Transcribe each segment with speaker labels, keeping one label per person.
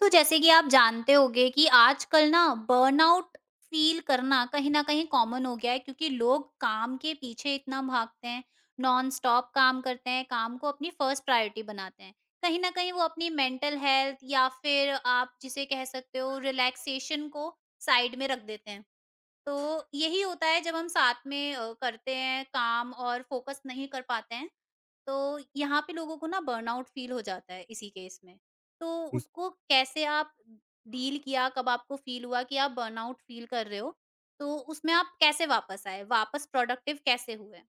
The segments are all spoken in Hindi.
Speaker 1: तो जैसे कि आप जानते होंगे कि आजकल ना बर्नआउट फील करना कहीं न कहीं कॉमन हो गया है क्योंकि लोग काम के पीछे इतना भागते हैं, नॉन स्टॉप काम करते हैं, काम को अपनी फर्स्ट प्रायोरिटी बनाते हैं। कहीं न कहीं वो अपनी मेंटल हेल्थ या फिर आप जिसे कह सकते हो रिलैक्सेशन को साइड में रख देते हैं। तो यही होता है जब हम साथ में करते हैं काम और फोकस नहीं कर पाते हैं तो यहाँ पे लोगों को ना बर्नआउट फील हो जाता है इसी केस में। तो
Speaker 2: जी
Speaker 1: उसको कैसे आप डील किया? कब आपको फील हुआ कि आप बर्नआउट फील कर रहे हो? तो उसमें आप कैसे वापस आए? वापस प्रोडक्टिव कैसे हुए?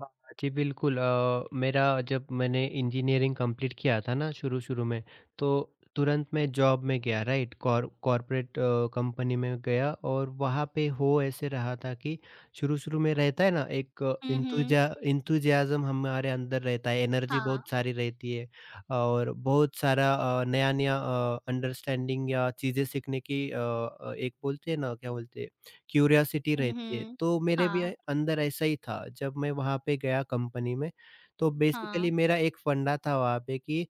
Speaker 2: हाँ, जी, बिल्कुल, मेरा जब मैंने इंजीनियरिंग कंप्लीट किया था ना शुरू-शुरू में, तो तुरंत मैं जॉब में गया। राइट, कॉर्पोरेट कंपनी में गया और वहाँ पे हो ऐसे रहा था कि शुरू-शुरू में रहता है ना एक
Speaker 1: हुँ, हुँ।
Speaker 2: एंथुजा एंथुसियाज़्म हमारे अंदर रहता है, एनर्जी बहुत
Speaker 1: हाँ।
Speaker 2: सारी रहती है और बहुत सारा नया-नया अंडरस्टैंडिंग या चीज़ें सीखने की, एक बोलते हैं ना, क्या बोलते हैं, क्यूरियोसिटी
Speaker 1: हुँ,
Speaker 2: रहती है।
Speaker 1: हुँ।
Speaker 2: तो मेरे भी
Speaker 1: हाँ,
Speaker 2: अंदर ऐसा ही था जब मैं वहाँ पे गया कंपनी में। तो
Speaker 1: हाँ।
Speaker 2: बेसिकली मेरा एक फंडा था वहाँ पे कि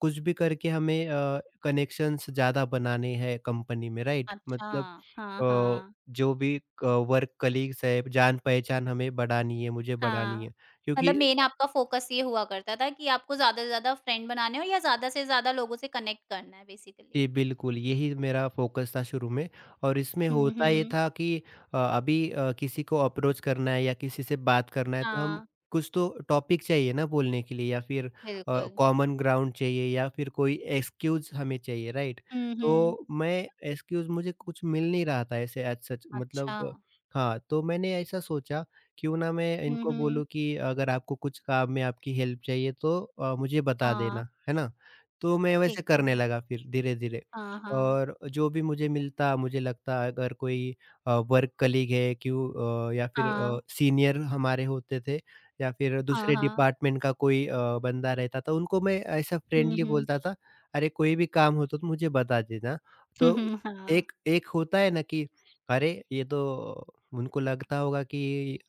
Speaker 2: कुछ भी करके हमें कनेक्शंस ज़्यादा बनाने हैं कंपनी में, राइट?
Speaker 1: अच्छा।
Speaker 2: मतलब
Speaker 1: हाँ,
Speaker 2: अ,
Speaker 1: हाँ।
Speaker 2: जो भी क वर्क कलीग्स है, जान-पहचान हमें बढ़ानी है, मुझे बढ़ानी है,
Speaker 1: हाँ। मतलब
Speaker 2: क्योंकि
Speaker 1: मेन आपका फ़ोकस ये हुआ करता था कि आपको ज़्यादा से ज़्यादा फ्रेंड बनाने हो या ज़्यादा से ज़्यादा लोगों से कनेक्ट करना है बेसिकली।
Speaker 2: जी, बिल्कुल, यही मेरा फ़ोकस था शुरू में। और इसमें
Speaker 1: हुँ,
Speaker 2: होता ये
Speaker 1: हुँ।
Speaker 2: था कि अभी किसी को अप्रोच करना है या किसी से बात करना है तो हम
Speaker 1: हाँ,
Speaker 2: कुछ तो टॉपिक चाहिए ना बोलने के लिए, या फिर
Speaker 1: बिल्कुल।
Speaker 2: कॉमन ग्राउंड चाहिए, या फिर कोई एक्सक्यूज़ हमें चाहिए, राइट?
Speaker 1: हुँ, हुँ।
Speaker 2: तो मैं, एक्सक्यूज़ मुझे कुछ मिल नहीं रहा था ऐसे एज़ सच, मतलब
Speaker 1: अच्छा।
Speaker 2: हाँ, तो मैंने ऐसा सोचा, क्यों ना मैं
Speaker 1: हुँ,
Speaker 2: इनको
Speaker 1: हुँ।
Speaker 2: बोलूँ कि अगर आपको कुछ काम में आपकी हेल्प चाहिए तो मुझे बता
Speaker 1: हाँ,
Speaker 2: देना, है ना? तो मैं
Speaker 1: ठीक
Speaker 2: वैसे
Speaker 1: है।
Speaker 2: करने लगा फिर धीरे-धीरे।
Speaker 1: हाँ, हाँ।
Speaker 2: और जो भी मुझे मिलता, मुझे लगता अगर कोई वर्क कलीग है, क्यों या फिर
Speaker 1: हाँ,
Speaker 2: सीनियर हमारे होते थे, या फिर
Speaker 1: हाँ,
Speaker 2: दूसरे
Speaker 1: हाँ।
Speaker 2: डिपार्टमेंट का कोई बंदा रहता था, उनको मैं ऐसा
Speaker 1: हुँ,
Speaker 2: फ्रेंडली
Speaker 1: हुँ।
Speaker 2: बोलता था, "अरे, कोई भी काम हो तो मुझे बता देना।" तो
Speaker 1: हाँ।
Speaker 2: एक एक होता है ना कि अरे, ये तो, उनको लगता होगा कि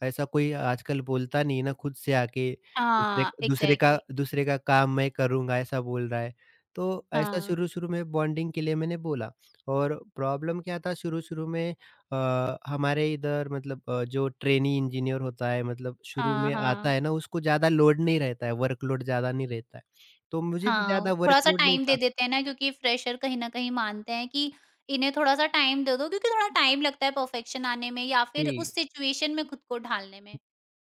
Speaker 2: ऐसा कोई आजकल बोलता नहीं है ना, खुद से आके दूसरे
Speaker 1: हाँ, इग्ज़ैक्टली।
Speaker 2: दूसरे का काम मैं करूँगा, ऐसा बोल रहा है। तो ऐसा
Speaker 1: हाँ।
Speaker 2: शुरू-शुरू में बॉन्डिंग के लिए मैंने बोला। और प्रॉब्लम क्या था शुरू-शुरू में, हमारे इधर, मतलब जो ट्रेनी इंजीनियर होता है, मतलब शुरू
Speaker 1: हाँ,
Speaker 2: में आता
Speaker 1: हाँ।
Speaker 2: है ना, उसको ज़्यादा लोड नहीं रहता है, वर्कलोड ज़्यादा नहीं रहता है। तो मुझे भी
Speaker 1: हाँ,
Speaker 2: ज़्यादा
Speaker 1: थोड़ा-सा
Speaker 2: वर्कलोड नहीं
Speaker 1: टाइम दे
Speaker 2: था।
Speaker 1: देते हैं ना क्योंकि फ्रेशर कहीं न कहीं मानते हैं कि इन्हें थोड़ा-सा टाइम दे दो क्योंकि थोड़ा टाइम लगता है परफेक्शन आने में या फिर
Speaker 2: जी।
Speaker 1: उस सिचुएशन में खुद को ढालने में।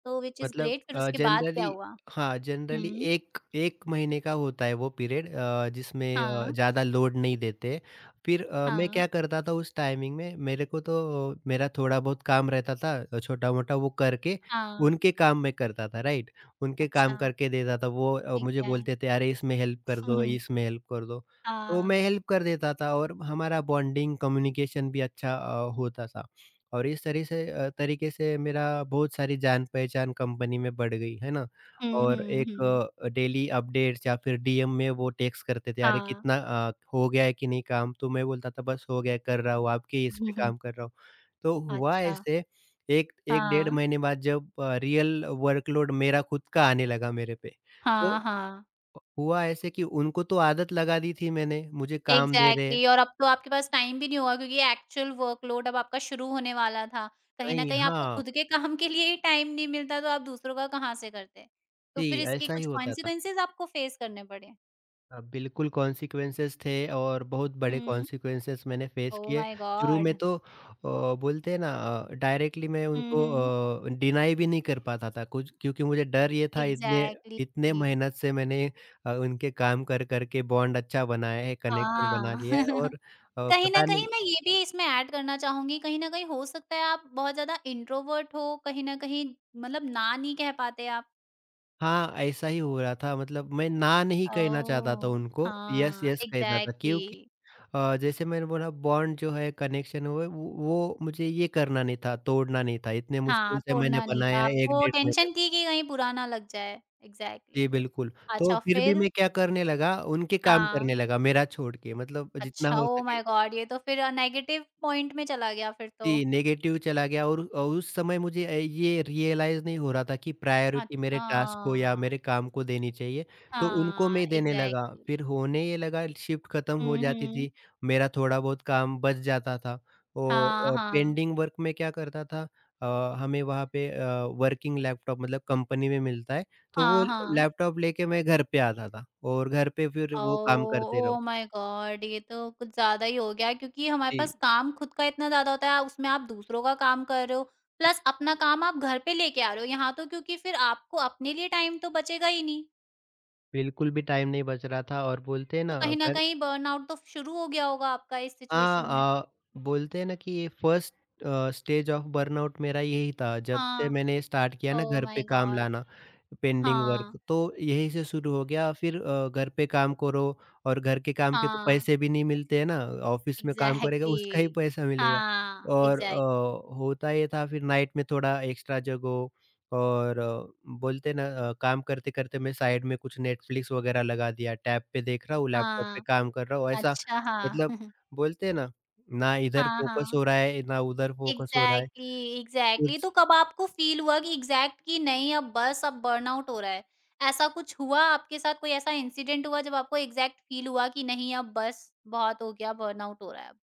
Speaker 1: तो व्हिच इज़
Speaker 2: मतलब
Speaker 1: ग्रेट फिर उसके बाद क्या
Speaker 2: जनरली,
Speaker 1: हुआ?
Speaker 2: हाँ, जनरली
Speaker 1: हुँ।
Speaker 2: 1 महीने का होता है वो पीरियड, जिसमें
Speaker 1: हाँ,
Speaker 2: ज़्यादा लोड नहीं देते। फिर मैं
Speaker 1: हाँ,
Speaker 2: क्या करता था उस टाइमिंग में मेरे को, तो मेरा थोड़ा बहुत काम रहता था छोटा-मोटा, वो करके
Speaker 1: हाँ।
Speaker 2: उनके काम मैं करता था, राइट? उनके
Speaker 1: अच्छा,
Speaker 2: काम करके देता था। वो
Speaker 1: ठीक
Speaker 2: मुझे
Speaker 1: है।
Speaker 2: बोलते थे, "अरे इसमें हेल्प कर दो, इसमें हेल्प कर दो।" तो
Speaker 1: हाँ।
Speaker 2: मैं हेल्प कर देता था और हमारा बॉन्डिंग, कम्युनिकेशन भी अच्छा होता था। और इस तरीके से मेरा बहुत सारी जान-पहचान कंपनी में बढ़ गई, है ना?
Speaker 1: हुँ,
Speaker 2: और
Speaker 1: हुँ,
Speaker 2: एक
Speaker 1: हुँ।
Speaker 2: डेली अपडेट्स या फिर डीएम में वो टेक्स्ट करते थे, "अरे!
Speaker 1: हाँ।
Speaker 2: कितना हो गया है कि नहीं काम?" तो मैं बोलता था, "बस हो गया, कर रहा हूँ, आपके इस पे काम कर रहा हूँ।" तो हुआ
Speaker 1: अच्छा।
Speaker 2: ऐसे, एक एक डेढ़
Speaker 1: हाँ।
Speaker 2: महीने बाद जब रियल वर्कलोड मेरा खुद का आने लगा मेरे पे,
Speaker 1: हाँ,
Speaker 2: तो
Speaker 1: हाँ।
Speaker 2: हुआ ऐसे कि उनको तो आदत लगा दी थी मैंने, मुझे काम दे रहे हैं।
Speaker 1: एग्ज़ैक्टली और अब तो आपके पास टाइम भी नहीं होगा क्योंकि एक्चुअल वर्कलोड अब आपका शुरू होने वाला था। कहीं न
Speaker 2: नहीं,
Speaker 1: कहीं आपको
Speaker 2: हाँ,
Speaker 1: खुद के काम के लिए ही टाइम नहीं मिलता तो आप दूसरों का कहाँ से करते? तो फिर
Speaker 2: जी,
Speaker 1: इसके
Speaker 2: ऐसा ही
Speaker 1: कुछ
Speaker 2: होता था।
Speaker 1: कॉन्सिक्वेंसेस आपको फेस करने पड़े।
Speaker 2: बिल्कुल कॉन्सिक्वेंसेस थे और बहुत बड़े
Speaker 1: हुँ।
Speaker 2: कॉन्सिक्वेंसेस मैंने फेस
Speaker 1: ओह
Speaker 2: किए।
Speaker 1: माय
Speaker 2: शुरू में
Speaker 1: गॉड!
Speaker 2: तो बोलते हैं ना, डायरेक्टली मैं
Speaker 1: हुँ,
Speaker 2: उनको
Speaker 1: हुँ।
Speaker 2: डिनाई भी नहीं कर पाता था कुछ, क्योंकि मुझे डर ये था, इतने
Speaker 1: एग्ज़ैक्टली।
Speaker 2: इतने मेहनत से मैंने उनके काम कर कर के बॉन्ड अच्छा बनाया है, कनेक्शन बना
Speaker 1: हाँ।
Speaker 2: लिया है, और
Speaker 1: कहीं न
Speaker 2: पता
Speaker 1: कहीं
Speaker 2: नहीं,
Speaker 1: मैं ये भी इसमें ऐड करना चाहूँगी, कहीं न कहीं हो सकता है आप बहुत ज़्यादा इंट्रोवर्ट हो, कहीं न कहीं मतलब ना नहीं कह पाते आप।
Speaker 2: हाँ, ऐसा ही हो रहा था। मतलब मैं ना नहीं कहना चाहता था
Speaker 1: ओह!
Speaker 2: उनको, यस,
Speaker 1: हाँ,
Speaker 2: यस कहता था, क्योंकि
Speaker 1: एग्ज़ैक्टली।
Speaker 2: जैसे मैंने बोला, बॉन्ड जो है, कनेक्शन हुए वो मुझे ये करना नहीं था, तोड़ना नहीं था, इतने
Speaker 1: हाँ,
Speaker 2: मुश्किल से मैंने
Speaker 1: तोड़ना नहीं था
Speaker 2: बनाया 1
Speaker 1: आपको
Speaker 2: डेढ़ महीने
Speaker 1: टेंशन
Speaker 2: में।
Speaker 1: थी कि कहीं बुरा ना लग जाए।
Speaker 2: जी,
Speaker 1: एग्ज़ैक्टली।
Speaker 2: बिल्कुल। तो
Speaker 1: अच्छा
Speaker 2: फिर भी
Speaker 1: फिर?
Speaker 2: मैं क्या करने लगा, उनके काम
Speaker 1: हाँ।
Speaker 2: करने लगा मेरा छोड़ के, मतलब जितना
Speaker 1: अच्छा,
Speaker 2: हो
Speaker 1: ओह
Speaker 2: सके।
Speaker 1: My god! ये तो फिर नेगेटिव पॉइंट में चला गया फिर तो।
Speaker 2: जी, नेगेटिव चला गया। और उस समय मुझे ये रियलाइज़ नहीं हो रहा था कि प्रायोरिटी मेरे
Speaker 1: अच्छा।
Speaker 2: टास्क को या मेरे काम को देनी चाहिए, तो उनको
Speaker 1: हाँ,
Speaker 2: मैं देने लगा।
Speaker 1: एग्ज़ैक्टली।
Speaker 2: फिर होने ये लगा, शिफ्ट खत्म हो
Speaker 1: हुँ,
Speaker 2: जाती
Speaker 1: हुँ।
Speaker 2: थी, मेरा थोड़ा बहुत काम बच जाता था। ओ
Speaker 1: हाँ,
Speaker 2: और
Speaker 1: हाँ।
Speaker 2: पेंडिंग वर्क में क्या करता था, हमें वहाँ पे वर्किंग लैपटॉप मतलब कंपनी में मिलता है, तो वो
Speaker 1: हाँ, हाँ।
Speaker 2: लैपटॉप लेके मैं घर पे आता था, और घर पे फिर वो काम
Speaker 1: ओह!
Speaker 2: करते
Speaker 1: ओह
Speaker 2: रहो।
Speaker 1: My god! ये तो कुछ ज़्यादा ही हो गया क्योंकि हमारे पास
Speaker 2: जी,
Speaker 1: काम खुद का इतना ज़्यादा होता है, उसमें आप दूसरों का काम कर रहे हो, प्लस अपना काम आप घर पे लेके आ रहे हो। यहाँ तो क्योंकि फिर आपको अपने लिए टाइम तो बचेगा ही नहीं,
Speaker 2: बिल्कुल भी टाइम नहीं बच रहा था। और बोलते हैं
Speaker 1: तो
Speaker 2: ना,
Speaker 1: कहीं न
Speaker 2: घर,
Speaker 1: कहीं बर्नआउट तो शुरू हो गया होगा आपका इस सिचुएशन में।
Speaker 2: हाँ, बोलते हैं ना कि ये फर्स्ट स्टेज ऑफ बर्नआउट मेरा यही था। जब से
Speaker 1: हाँ।
Speaker 2: मैंने स्टार्ट किया ना
Speaker 1: ओह
Speaker 2: घर पे
Speaker 1: माय
Speaker 2: काम
Speaker 1: गॉड!
Speaker 2: लाना, पेंडिंग
Speaker 1: हाँ,
Speaker 2: वर्क तो यही से शुरू हो गया। फिर घर पे काम करो, और घर के काम के तो
Speaker 1: हाँ।
Speaker 2: पैसे भी नहीं मिलते हैं ना, ऑफ़िस में काम करेगा उसका ही
Speaker 1: एग्ज़ैक्टली।
Speaker 2: पैसा मिलेगा।
Speaker 1: हाँ,
Speaker 2: और
Speaker 1: एग्ज़ैक्टली।
Speaker 2: होता ये था, फिर नाइट में थोड़ा एक्स्ट्रा जगो, और बोलते हैं ना, काम करते-करते मैं साइड में कुछ नेटफ्लिक्स वगैरह लगा दिया, टैब पे देख रहा हूँ, लैपटॉप पे
Speaker 1: हाँ।
Speaker 2: काम कर रहा हूँ, ऐसा,
Speaker 1: अच्छा, हाँ।
Speaker 2: मतलब, बोलते हैं ना, ना इधर
Speaker 1: हाँ,
Speaker 2: फ़ोकस
Speaker 1: हाँ।
Speaker 2: हो रहा है, ना उधर फ़ोकस हो रहा है।
Speaker 1: एग्ज़ैक्टली, एग्ज़ैक्टली
Speaker 2: कुछ,
Speaker 1: तो कब आपको फ़ील हुआ कि एग्ज़ैक्ट कि नहीं अब बस अब बर्नआउट हो रहा है? ऐसा कुछ हुआ आपके साथ कोई ऐसा इंसिडेंट हुआ जब आपको एग्ज़ैक्ट फ़ील हुआ कि नहीं अब बस बहुत हो गया बर्नआउट हो रहा है अब?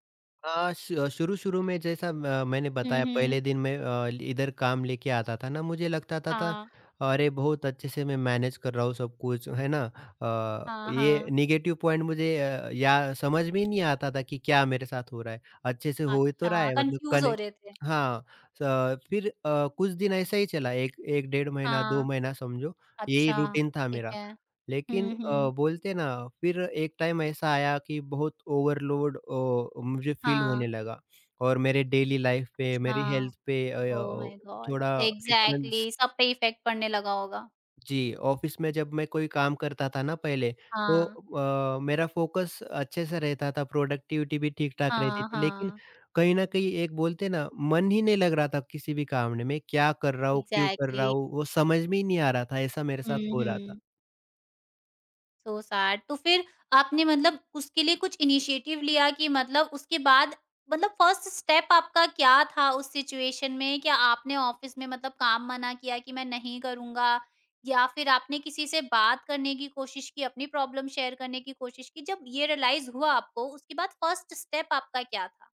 Speaker 2: हाँ, शु शुरू-शुरू में जैसा म मैंने
Speaker 1: हुँ,
Speaker 2: बताया,
Speaker 1: हुँ।
Speaker 2: पहले दिन मैं इधर काम लेके आता था ना, मुझे लगता था,
Speaker 1: हाँ,
Speaker 2: अरे! बहुत अच्छे से मैं मैनेज कर रहा हूँ सब कुछ, है ना?
Speaker 1: हाँ,
Speaker 2: ये
Speaker 1: हाँ।
Speaker 2: नेगेटिव पॉइंट मुझे या समझ में ही नहीं आता था कि क्या मेरे साथ हो रहा है? अच्छे से हो ही तो रहा
Speaker 1: अच्छा,
Speaker 2: है, मतलब
Speaker 1: कन्फ्यूज़ हो
Speaker 2: कनेक्ट,
Speaker 1: रहे थे।
Speaker 2: हाँ, स फिर कुछ दिन ऐसा ही चला, 1 डेढ़ महीना, 2
Speaker 1: हाँ,
Speaker 2: महीना समझो, यही
Speaker 1: अच्छा,
Speaker 2: रूटीन था
Speaker 1: ठीक
Speaker 2: मेरा।
Speaker 1: है।
Speaker 2: लेकिन
Speaker 1: हुँ, हुँ।
Speaker 2: बोलते हैं ना, फिर एक टाइम ऐसा आया कि बहुत ओवरलोड मुझे फील
Speaker 1: हाँ,
Speaker 2: होने लगा, और मेरे डेली लाइफ पे,
Speaker 1: अच्छा।
Speaker 2: मेरी हेल्थ पे, अ, य
Speaker 1: ओह माय गॉड!
Speaker 2: थोड़ा डिफरेंस,
Speaker 1: एग्ज़ैक्टली सब पे इफ़ेक्ट पड़ने लगा होगा।
Speaker 2: जी, ऑफ़िस में जब मैं कोई काम करता था ना पहले, तो
Speaker 1: हाँ,
Speaker 2: मेरा फ़ोकस अच्छे से रहता था, प्रोडक्टिविटी भी ठीक-ठाक रहती
Speaker 1: हाँ,
Speaker 2: थी। लेकिन
Speaker 1: हाँ।
Speaker 2: कहीं न कहीं एक, बोलते हैं ना, मन ही नहीं लग रहा था किसी भी काम में, मैं क्या कर रहा हूँ, क्यों कर रहा
Speaker 1: एग्ज़ैक्टली।
Speaker 2: हूँ, वो समझ में ही नहीं आ रहा था, ऐसा मेरे
Speaker 1: हुँ,
Speaker 2: साथ हो रहा था।
Speaker 1: हुँ। सो सैड तो फिर आपने मतलब उसके लिए कुछ इनिशिएटिव लिया कि मतलब उसके बाद मतलब फर्स्ट स्टेप आपका क्या था उस सिचुएशन में? क्या आपने ऑफिस में मतलब काम मना किया कि मैं नहीं करूँगा? या फिर आपने किसी से बात करने की कोशिश की, अपनी प्रॉब्लम शेयर करने की कोशिश की? जब ये रियलाइज़ हुआ आपको, उसके बाद फर्स्ट स्टेप आपका क्या था?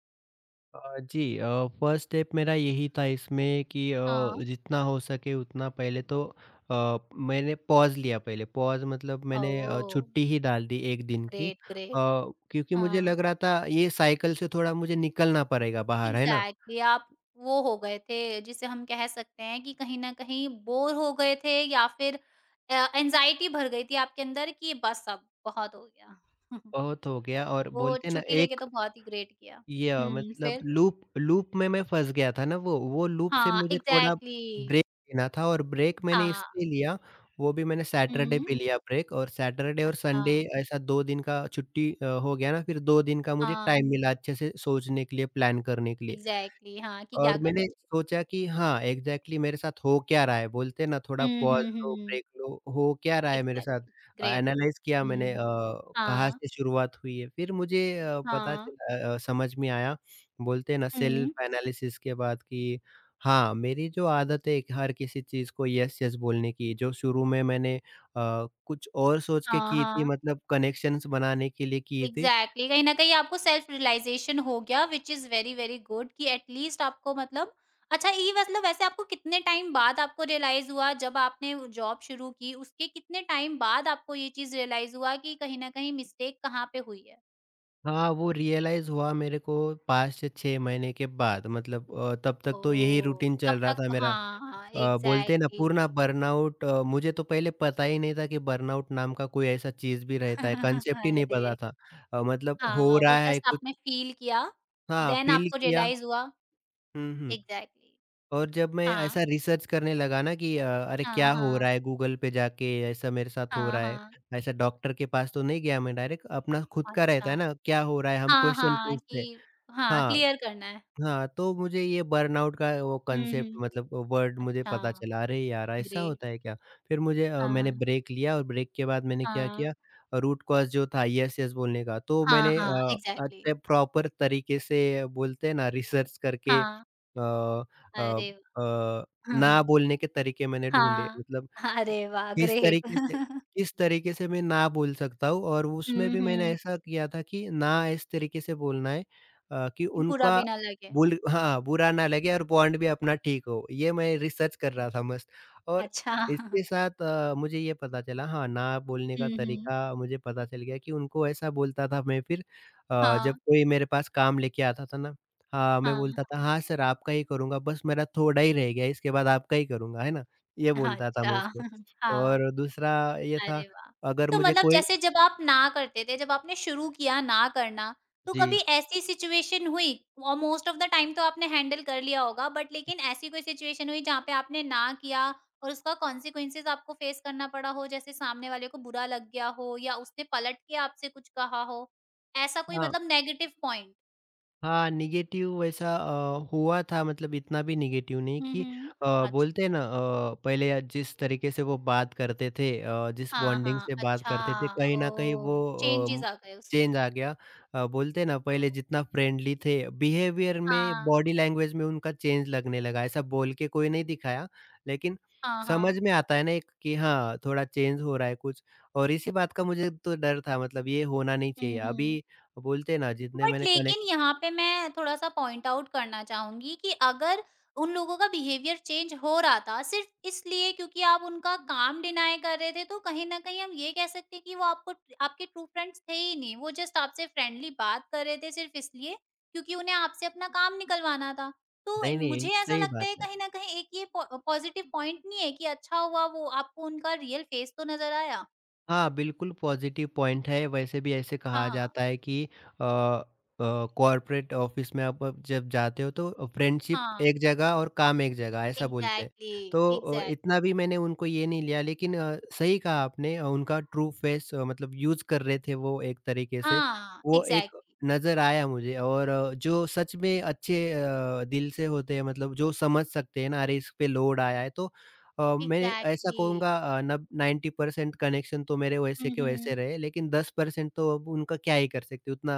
Speaker 2: जी, फर्स्ट स्टेप मेरा यही था इसमें कि
Speaker 1: हाँ।
Speaker 2: जितना हो सके उतना पहले तो अ, मैंने पॉज़ लिया, पहले पॉज़, मतलब मैंने
Speaker 1: ओह!
Speaker 2: छुट्टी ही डाल दी 1 दिन की,
Speaker 1: ग्रेट, ग्रेट।
Speaker 2: क्योंकि मुझे
Speaker 1: हाँ।
Speaker 2: लग रहा था ये साइकिल से थोड़ा मुझे निकलना पड़ेगा बाहर, है ना?
Speaker 1: एग्ज़ैक्टली आप वो हो गए थे, जिसे हम कह सकते हैं कि कहीं न कहीं बोर हो गए थे या फिर एंग्ज़ायटी भर गई थी आपके अंदर कि बस अब बहुत हो गया।
Speaker 2: बहुत हो गया। और
Speaker 1: वो
Speaker 2: बोलते हैं ना
Speaker 1: छुट्टी लेके
Speaker 2: एक,
Speaker 1: तो बहुत ही ग्रेट किया।
Speaker 2: या
Speaker 1: हुँ,
Speaker 2: मतलब
Speaker 1: फिर?
Speaker 2: लूप, लूप में मैं फँस गया था ना वो लूप से
Speaker 1: हाँ,
Speaker 2: मुझे थोड़ा
Speaker 1: एग्ज़ैक्टली
Speaker 2: ब्रेक लेना था। और ब्रेक मैंने
Speaker 1: हाँ,
Speaker 2: इसलिए लिया, वो भी मैंने सैटरडे
Speaker 1: हुँ,
Speaker 2: पे लिया ब्रेक, और सैटरडे और
Speaker 1: अच्छा,
Speaker 2: संडे ऐसा 2 दिन का छुट्टी हो गया ना, फिर 2 दिन का मुझे
Speaker 1: हाँ,
Speaker 2: टाइम मिला अच्छे से सोचने के लिए, प्लान करने के लिए।
Speaker 1: एग्ज़ैक्टली हाँ, कि क्या
Speaker 2: और
Speaker 1: करना
Speaker 2: मैंने
Speaker 1: चाहिए।
Speaker 2: सोचा कि हाँ, एग्ज़ैक्टली मेरे साथ हो क्या रहा है? बोलते हैं ना थोड़ा
Speaker 1: हुँ,
Speaker 2: पॉज़
Speaker 1: हुँ,
Speaker 2: लो,
Speaker 1: हुँ,
Speaker 2: ब्रेक लो, हो क्या रहा है मेरे साथ?
Speaker 1: Exactly great.
Speaker 2: एनालाइज़ किया
Speaker 1: हुँ,
Speaker 2: मैंने, कहाँ
Speaker 1: हाँ,
Speaker 2: से शुरुआत हुई है? फिर मुझे पता
Speaker 1: हाँ,
Speaker 2: चला, समझ में आया, बोलते हैं ना
Speaker 1: हुँ,
Speaker 2: सेल्फ एनालिसिस के बाद, कि हाँ, मेरी जो आदत है कि हर किसी चीज़ को यस, यस बोलने की, जो शुरू में मैंने कुछ और सोच के
Speaker 1: हाँ,
Speaker 2: की थी,
Speaker 1: हाँ।
Speaker 2: मतलब कनेक्शंस बनाने के लिए की
Speaker 1: एग्जैक्टली
Speaker 2: थी।
Speaker 1: exactly. कहीं ना कहीं आपको सेल्फ रियलाइजेशन हो गया which is very very good कि एटलीस्ट आपको मतलब अच्छा ये मतलब वैसे आपको कितने टाइम बाद आपको रियलाइज हुआ जब आपने जॉब शुरू की उसके कितने टाइम बाद आपको ये चीज रियलाइज हुआ कि कहीं ना कहीं मिस्टेक कहाँ पे हुई है
Speaker 2: हाँ, वो रियलाइज़ हुआ मेरे को 5 से 6 महीने के बाद, मतलब तब तक
Speaker 1: ओ
Speaker 2: तो यही रूटीन
Speaker 1: तब
Speaker 2: चल रहा
Speaker 1: तक
Speaker 2: था मेरा।
Speaker 1: हाँ
Speaker 2: बोलते हैं ना,
Speaker 1: एग्जैक्टली
Speaker 2: पूर्ण बर्नआउट, मुझे तो पहले पता ही नहीं था कि बर्नआउट नाम का कोई ऐसा चीज़ भी रहता है, कांसेप्ट ही नहीं
Speaker 1: अरे
Speaker 2: पता था। मतलब हो
Speaker 1: हाँ वो
Speaker 2: रहा है
Speaker 1: जस्ट
Speaker 2: कुछ,
Speaker 1: आपने फील किया
Speaker 2: हाँ,
Speaker 1: देन
Speaker 2: फ़ील
Speaker 1: आपको
Speaker 2: किया।
Speaker 1: रियलाइज हुआ
Speaker 2: हुँ, हुँ।
Speaker 1: Exactly exactly.
Speaker 2: और जब मैं
Speaker 1: हाँ
Speaker 2: ऐसा रिसर्च करने लगा ना कि अरे
Speaker 1: हाँ
Speaker 2: क्या हो
Speaker 1: हाँ
Speaker 2: रहा है, गूगल पे जाके, ऐसा मेरे साथ हो
Speaker 1: हाँ
Speaker 2: रहा है,
Speaker 1: हाँ
Speaker 2: ऐसा। डॉक्टर के पास तो नहीं गया मैं डायरेक्ट, अपना खुद का रहता
Speaker 1: अच्छा
Speaker 2: है ना, क्या हो रहा है, हम
Speaker 1: हाँ,
Speaker 2: क्वेश्चन
Speaker 1: हाँ,
Speaker 2: पूछते हैं।
Speaker 1: कि हाँ,
Speaker 2: हाँ।
Speaker 1: क्लियर करना है।
Speaker 2: हाँ, तो मुझे ये बर्नआउट का वो
Speaker 1: हुँ,
Speaker 2: कांसेप्ट,
Speaker 1: हुँ।
Speaker 2: मतलब वर्ड मुझे
Speaker 1: अच्छा,
Speaker 2: पता चला। अरे यार! ऐसा होता
Speaker 1: ग्रेट।
Speaker 2: है क्या? फिर
Speaker 1: हाँ,
Speaker 2: मैंने ब्रेक लिया और ब्रेक के बाद मैंने क्या
Speaker 1: हाँ।
Speaker 2: किया रूट कॉज़ जो था यस, यस बोलने का तो
Speaker 1: हाँ,
Speaker 2: मैंने
Speaker 1: हाँ, एग्ज़ैक्टली।
Speaker 2: अच्छे प्रॉपर तरीके से बोलते हैं ना रिसर्च करके
Speaker 1: हाँ,
Speaker 2: अ अ
Speaker 1: अरे वाह!
Speaker 2: अ, ना बोलने के तरीके मैंने ढूँढे
Speaker 1: हाँ,
Speaker 2: मतलब
Speaker 1: अरे वाह!
Speaker 2: किस
Speaker 1: ग्रेट।
Speaker 2: तरीके से किस तरीके से मैं ना बोल सकता हूँ और उसमें
Speaker 1: हुँ,
Speaker 2: भी मैंने
Speaker 1: हुँ,
Speaker 2: ऐसा किया था कि ना इस तरीके से बोलना है कि
Speaker 1: कि बुरा
Speaker 2: उनका
Speaker 1: भी ना लगे।
Speaker 2: बुरा ना लगे और बॉन्ड भी अपना ठीक हो। ये मैं रिसर्च कर रहा था मस्त और
Speaker 1: अच्छा।
Speaker 2: इसके साथ मुझे ये पता चला हाँ, ना बोलने का
Speaker 1: हुँ, हुँ।
Speaker 2: तरीका मुझे पता चल गया कि उनको ऐसा बोलता था मैं फिर
Speaker 1: हाँ,
Speaker 2: जब कोई मेरे पास काम लेके आता था ना हाँ, मैं
Speaker 1: हाँ,
Speaker 2: बोलता था, "हाँ सर, आपका ही करूँगा, बस मेरा थोड़ा ही रह गया है, इसके बाद आपका ही करूँगा" है ना? ये
Speaker 1: हाँ,
Speaker 2: बोलता था मैं
Speaker 1: अच्छा।
Speaker 2: उसको।
Speaker 1: हाँ।
Speaker 2: और दूसरा ये था,
Speaker 1: अरे वाह!
Speaker 2: अगर
Speaker 1: तो
Speaker 2: मुझे
Speaker 1: मतलब
Speaker 2: कोई
Speaker 1: जैसे जब आप ना करते थे, जब आपने शुरू किया ना करना, तो कभी
Speaker 2: जी।
Speaker 1: ऐसी सिचुएशन हुई और मोस्ट ऑफ द टाइम तो आपने हैंडल कर लिया होगा, बट लेकिन ऐसी कोई सिचुएशन हुई जहाँ पे आपने ना किया और उसका कॉन्सिक्वेंसेज़ आपको फेस करना पड़ा हो? जैसे सामने वाले को बुरा लग गया हो या उसने पलट के आपसे कुछ कहा हो? ऐसा कोई
Speaker 2: हाँ।
Speaker 1: मतलब नेगेटिव पॉइंट?
Speaker 2: हाँ, नेगेटिव वैसा हुआ था मतलब इतना भी नेगेटिव नहीं
Speaker 1: हुँ,
Speaker 2: कि
Speaker 1: हुँ।
Speaker 2: अ,
Speaker 1: अच्छा।
Speaker 2: बोलते हैं ना पहले या जिस तरीके से वो बात करते थे जिस
Speaker 1: हाँ,
Speaker 2: बॉन्डिंग
Speaker 1: हाँ।
Speaker 2: से बात
Speaker 1: अच्छा,
Speaker 2: करते थे कहीं न कहीं वो
Speaker 1: ओह! चेंजेज़
Speaker 2: अम,
Speaker 1: आ गए उसमें।
Speaker 2: चेंज आ गया। बोलते हैं ना
Speaker 1: ओह!
Speaker 2: पहले जितना फ्रेंडली थे बिहेवियर में,
Speaker 1: हाँ।
Speaker 2: बॉडी लैंग्वेज में उनका चेंज लगने लगा। ऐसा बोल के कोई नहीं दिखाया लेकिन
Speaker 1: हाँ,
Speaker 2: समझ
Speaker 1: हाँ।
Speaker 2: में आता है ना एक कि हाँ, थोड़ा चेंज हो रहा है कुछ और इसी बात का मुझे तो डर था मतलब ये होना नहीं
Speaker 1: हुँ,
Speaker 2: चाहिए।
Speaker 1: हुँ।
Speaker 2: अभी बोलते हैं ना जितने
Speaker 1: बट
Speaker 2: मैंने कनेक्ट
Speaker 1: लेकिन यहाँ पे मैं थोड़ा-सा पॉइंट आउट करना चाहूँगी कि अगर उन लोगों का बिहेवियर चेंज हो रहा था, सिर्फ़ इसलिए क्योंकि आप उनका काम डिनाय कर रहे थे, तो कहीं न कहीं हम ये कह सकते हैं कि वो आपको आपके ट्रू फ्रेंड्स थे ही नहीं। वो जस्ट आपसे फ्रेंडली बात कर रहे थे सिर्फ़ इसलिए क्योंकि उन्हें आपसे अपना काम निकलवाना था। तो
Speaker 2: नहीं, नहीं,
Speaker 1: मुझे ऐसा
Speaker 2: सही
Speaker 1: लगता
Speaker 2: बात
Speaker 1: है
Speaker 2: है।
Speaker 1: कहीं न कहीं एक ये पॉ पॉज़िटिव पॉइंट नहीं है कि अच्छा हुआ वो आपको उनका रियल फेस तो नज़र आया।
Speaker 2: हाँ, बिल्कुल पॉज़िटिव पॉइंट है, वैसे भी ऐसे कहा
Speaker 1: हाँ,
Speaker 2: जाता है कि अ कॉर्पोरेट ऑफ़िस में आप अब जब जाते हो तो फ्रेंडशिप
Speaker 1: हाँ।
Speaker 2: एक जगह और काम एक जगह, ऐसा बोलते हैं।
Speaker 1: एग्ज़ैक्टली,
Speaker 2: तो इतना
Speaker 1: एग्ज़ैक्टली।
Speaker 2: भी मैंने उनको ये नहीं लिया लेकिन सही कहा आपने उनका ट्रू फेस मतलब यूज़ कर रहे थे वो एक तरीके से,
Speaker 1: हाँ,
Speaker 2: वो एक
Speaker 1: एग्ज़ैक्टली,
Speaker 2: नज़र आया मुझे और जो सच में अच्छे दिल से होते हैं मतलब जो समझ सकते हैं ना, अरे इस पे लोड आया है तो मैं ऐसा
Speaker 1: एग्ज़ैक्टली।
Speaker 2: कहूँगा अ, नब 90% कनेक्शन तो मेरे वैसे
Speaker 1: हुँ,
Speaker 2: के वैसे
Speaker 1: हुँ।
Speaker 2: रहे, लेकिन 10% तो अब उनका क्या ही कर सकते, उतना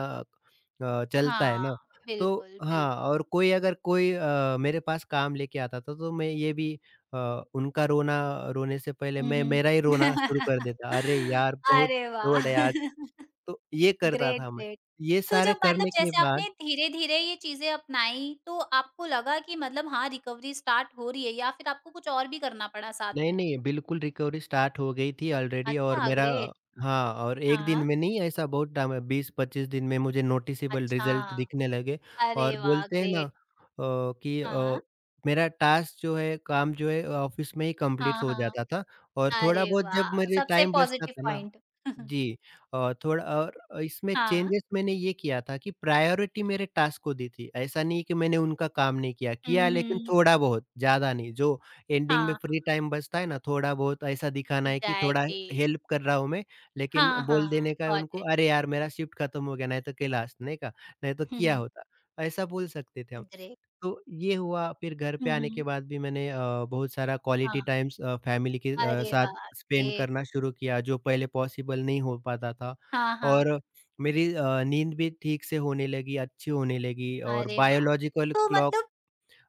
Speaker 2: चलता है
Speaker 1: हाँ,
Speaker 2: ना। तो
Speaker 1: बिल्कुल,
Speaker 2: हाँ,
Speaker 1: बिल्कुल।
Speaker 2: और कोई अगर कोई मेरे पास काम लेके आता था, तो मैं ये भी उनका रोना रोने से पहले
Speaker 1: हुँ,
Speaker 2: मैं
Speaker 1: हुँ।
Speaker 2: मेरा ही रोना शुरू कर देता, "अरे यार! बहुत
Speaker 1: अरे
Speaker 2: लोड
Speaker 1: वाह!
Speaker 2: है आज।" तो ये करता
Speaker 1: ग्रेट,
Speaker 2: था मैं।
Speaker 1: ग्रेट।
Speaker 2: ये
Speaker 1: तो
Speaker 2: सारे
Speaker 1: जब मतलब
Speaker 2: करने के
Speaker 1: जैसे
Speaker 2: बाद
Speaker 1: आपने धीरे-धीरे ये चीज़ें अपनाई, तो आपको लगा कि मतलब हाँ, रिकवरी स्टार्ट हो रही है या फिर आपको कुछ और भी करना पड़ा साथ
Speaker 2: नहीं,
Speaker 1: में?
Speaker 2: नहीं, बिल्कुल रिकवरी स्टार्ट हो गई थी ऑलरेडी और
Speaker 1: अच्छा,
Speaker 2: मेरा
Speaker 1: ग्रेट।
Speaker 2: हाँ, और 1 दिन
Speaker 1: हाँ।
Speaker 2: में नहीं ऐसा बहुत टाइम है 20-25 दिन में मुझे नोटिसेबल
Speaker 1: अच्छा,
Speaker 2: रिज़ल्ट दिखने लगे
Speaker 1: अरे
Speaker 2: और
Speaker 1: वाह!
Speaker 2: बोलते हैं ना
Speaker 1: ग्रेट।
Speaker 2: कि
Speaker 1: हाँ।
Speaker 2: मेरा टास्क जो है, काम जो है ऑफ़िस में ही कंप्लीट
Speaker 1: हाँ,
Speaker 2: हो
Speaker 1: हाँ।
Speaker 2: जाता था और थोड़ा
Speaker 1: अरे
Speaker 2: बहुत
Speaker 1: वाह!
Speaker 2: जब मुझे
Speaker 1: सबसे
Speaker 2: टाइम बचता
Speaker 1: पॉज़िटिव
Speaker 2: था ना
Speaker 1: पॉइंट।
Speaker 2: जी। थोड़ा और इसमें
Speaker 1: हाँ।
Speaker 2: चेंजेस मैंने ये किया था कि प्रायोरिटी मेरे टास्क को दी थी। ऐसा नहीं कि मैंने उनका काम नहीं किया,
Speaker 1: हुँ,
Speaker 2: किया लेकिन
Speaker 1: हुँ।
Speaker 2: थोड़ा बहुत, ज़्यादा नहीं। जो एंडिंग में
Speaker 1: हाँ,
Speaker 2: फ्री टाइम बचता है ना, थोड़ा बहुत ऐसा दिखाना है कि थोड़ा
Speaker 1: एग्ज़ैक्टली
Speaker 2: हेल्प कर रहा हूँ मैं, लेकिन
Speaker 1: हाँ,
Speaker 2: बोल
Speaker 1: हाँ,
Speaker 2: देने का है
Speaker 1: गॉट
Speaker 2: उनको,
Speaker 1: इट।
Speaker 2: "अरे यार! मेरा शिफ्ट खत्म हो गया, नहीं तो कल आ" नहीं का, नहीं तो
Speaker 1: हुँ,
Speaker 2: किया
Speaker 1: हुँ,
Speaker 2: होता। ऐसा बोल सकते थे हम।
Speaker 1: ग्रेट।
Speaker 2: तो ये हुआ फिर घर
Speaker 1: हुँ,
Speaker 2: पे आने के
Speaker 1: हुँ,
Speaker 2: बाद भी मैंने बहुत सारा
Speaker 1: हाँ,
Speaker 2: क्वालिटी टाइम्स फैमिली के
Speaker 1: अरे
Speaker 2: साथ
Speaker 1: वाह!
Speaker 2: Spend
Speaker 1: great.
Speaker 2: करना शुरू किया जो पहले पॉसिबल नहीं हो पाता था
Speaker 1: हाँ, हाँ,
Speaker 2: और मेरी नींद भी ठीक से होने लगी, अच्छी होने लगी और
Speaker 1: अरे वाह!
Speaker 2: बायोलॉजिकल
Speaker 1: तो
Speaker 2: क्लॉक
Speaker 1: मतलब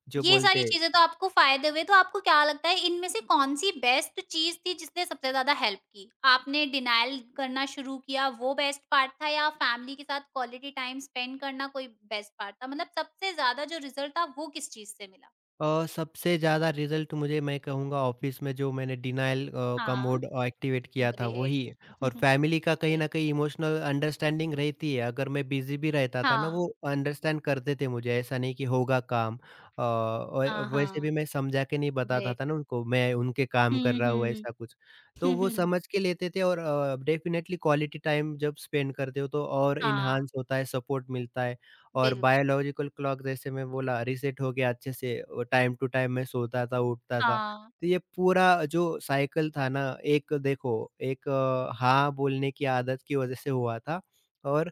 Speaker 2: जो
Speaker 1: ये
Speaker 2: बोलते
Speaker 1: सारी
Speaker 2: हैं
Speaker 1: चीज़ें तो आपको फ़ायदे हुए, तो आपको क्या लगता है इनमें से कौन-सी बेस्ट चीज़ थी जिसने सबसे ज़्यादा हेल्प की? आपने डिनायल करना शुरू किया वो बेस्ट पार्ट था या फैमिली के साथ क्वालिटी टाइम स्पेंड करना कोई बेस्ट पार्ट था? मतलब सबसे ज़्यादा जो रिज़ल्ट था वो किस चीज़ से मिला?
Speaker 2: सबसे ज़्यादा रिज़ल्ट मुझे मैं कहूँगा ऑफ़िस में जो मैंने डिनायल का
Speaker 1: हाँ,
Speaker 2: मोड एक्टिवेट किया था
Speaker 1: ग्रेट।
Speaker 2: वही और
Speaker 1: ग्रेट।
Speaker 2: फ़ैमिली का कहीं न कहीं इमोशनल अंडरस्टैंडिंग रहती है, अगर मैं बिज़ी भी रहता था ना वो
Speaker 1: हाँ,
Speaker 2: अंडरस्टैंड करते थे मुझे, ऐसा नहीं कि होगा काम और
Speaker 1: हाँ,
Speaker 2: और वैसे
Speaker 1: हाँ।
Speaker 2: भी मैं समझा के नहीं बताता
Speaker 1: ग्रेट।
Speaker 2: था ना उनको, मैं उनके काम कर
Speaker 1: हुँ,
Speaker 2: रहा हूँ
Speaker 1: हुँ।
Speaker 2: ऐसा कुछ। तो वो समझ के लेते थे और डेफ़िनेटली क्वालिटी टाइम जब स्पेंड करते हो तो और
Speaker 1: हाँ।
Speaker 2: एनहांस होता है, सपोर्ट मिलता है। और
Speaker 1: बिल्कुल।
Speaker 2: बायोलॉजिकल क्लॉक जैसे मैं बोला रीसेट हो गया अच्छे से और टाइम टू टाइम मैं सोता था, उठता था।
Speaker 1: हाँ,
Speaker 2: तो ये पूरा जो साइकिल था ना एक देखो एक हाँ बोलने की आदत की वज़ह से हुआ था और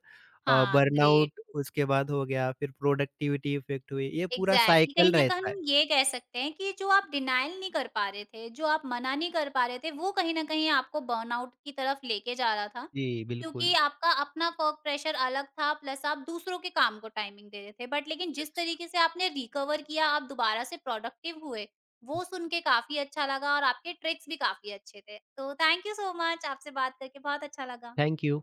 Speaker 1: हाँ, ग्रेट।
Speaker 2: बर्नआउट उसके बाद हो गया फिर प्रोडक्टिविटी इफ़ेक्ट हुई। ये पूरा
Speaker 1: एग्ज़ैक्टली। कहीं
Speaker 2: साइकिल
Speaker 1: न कहीं
Speaker 2: रहता
Speaker 1: हम
Speaker 2: है।
Speaker 1: ये कह सकते हैं कि जो आप डिनायल नहीं कर पा रहे थे, जो आप मना नहीं कर पा रहे थे, वो कहीं न कहीं आपको बर्नआउट की तरफ लेके जा रहा था,
Speaker 2: जी,
Speaker 1: क्योंकि
Speaker 2: बिल्कुल।
Speaker 1: आपका अपना वर्क प्रेशर अलग था प्लस आप दूसरों के काम को टाइमिंग दे रहे थे। बट लेकिन जिस
Speaker 2: यस।
Speaker 1: तरीके से आपने रिकवर किया, आप दोबारा से प्रोडक्टिव हुए, वो सुन के काफ़ी अच्छा लगा और आपके ट्रिक्स भी काफ़ी अच्छे थे। तो थैंक यू सो मच, आपसे बात करके बहुत अच्छा लगा।
Speaker 2: Thank you.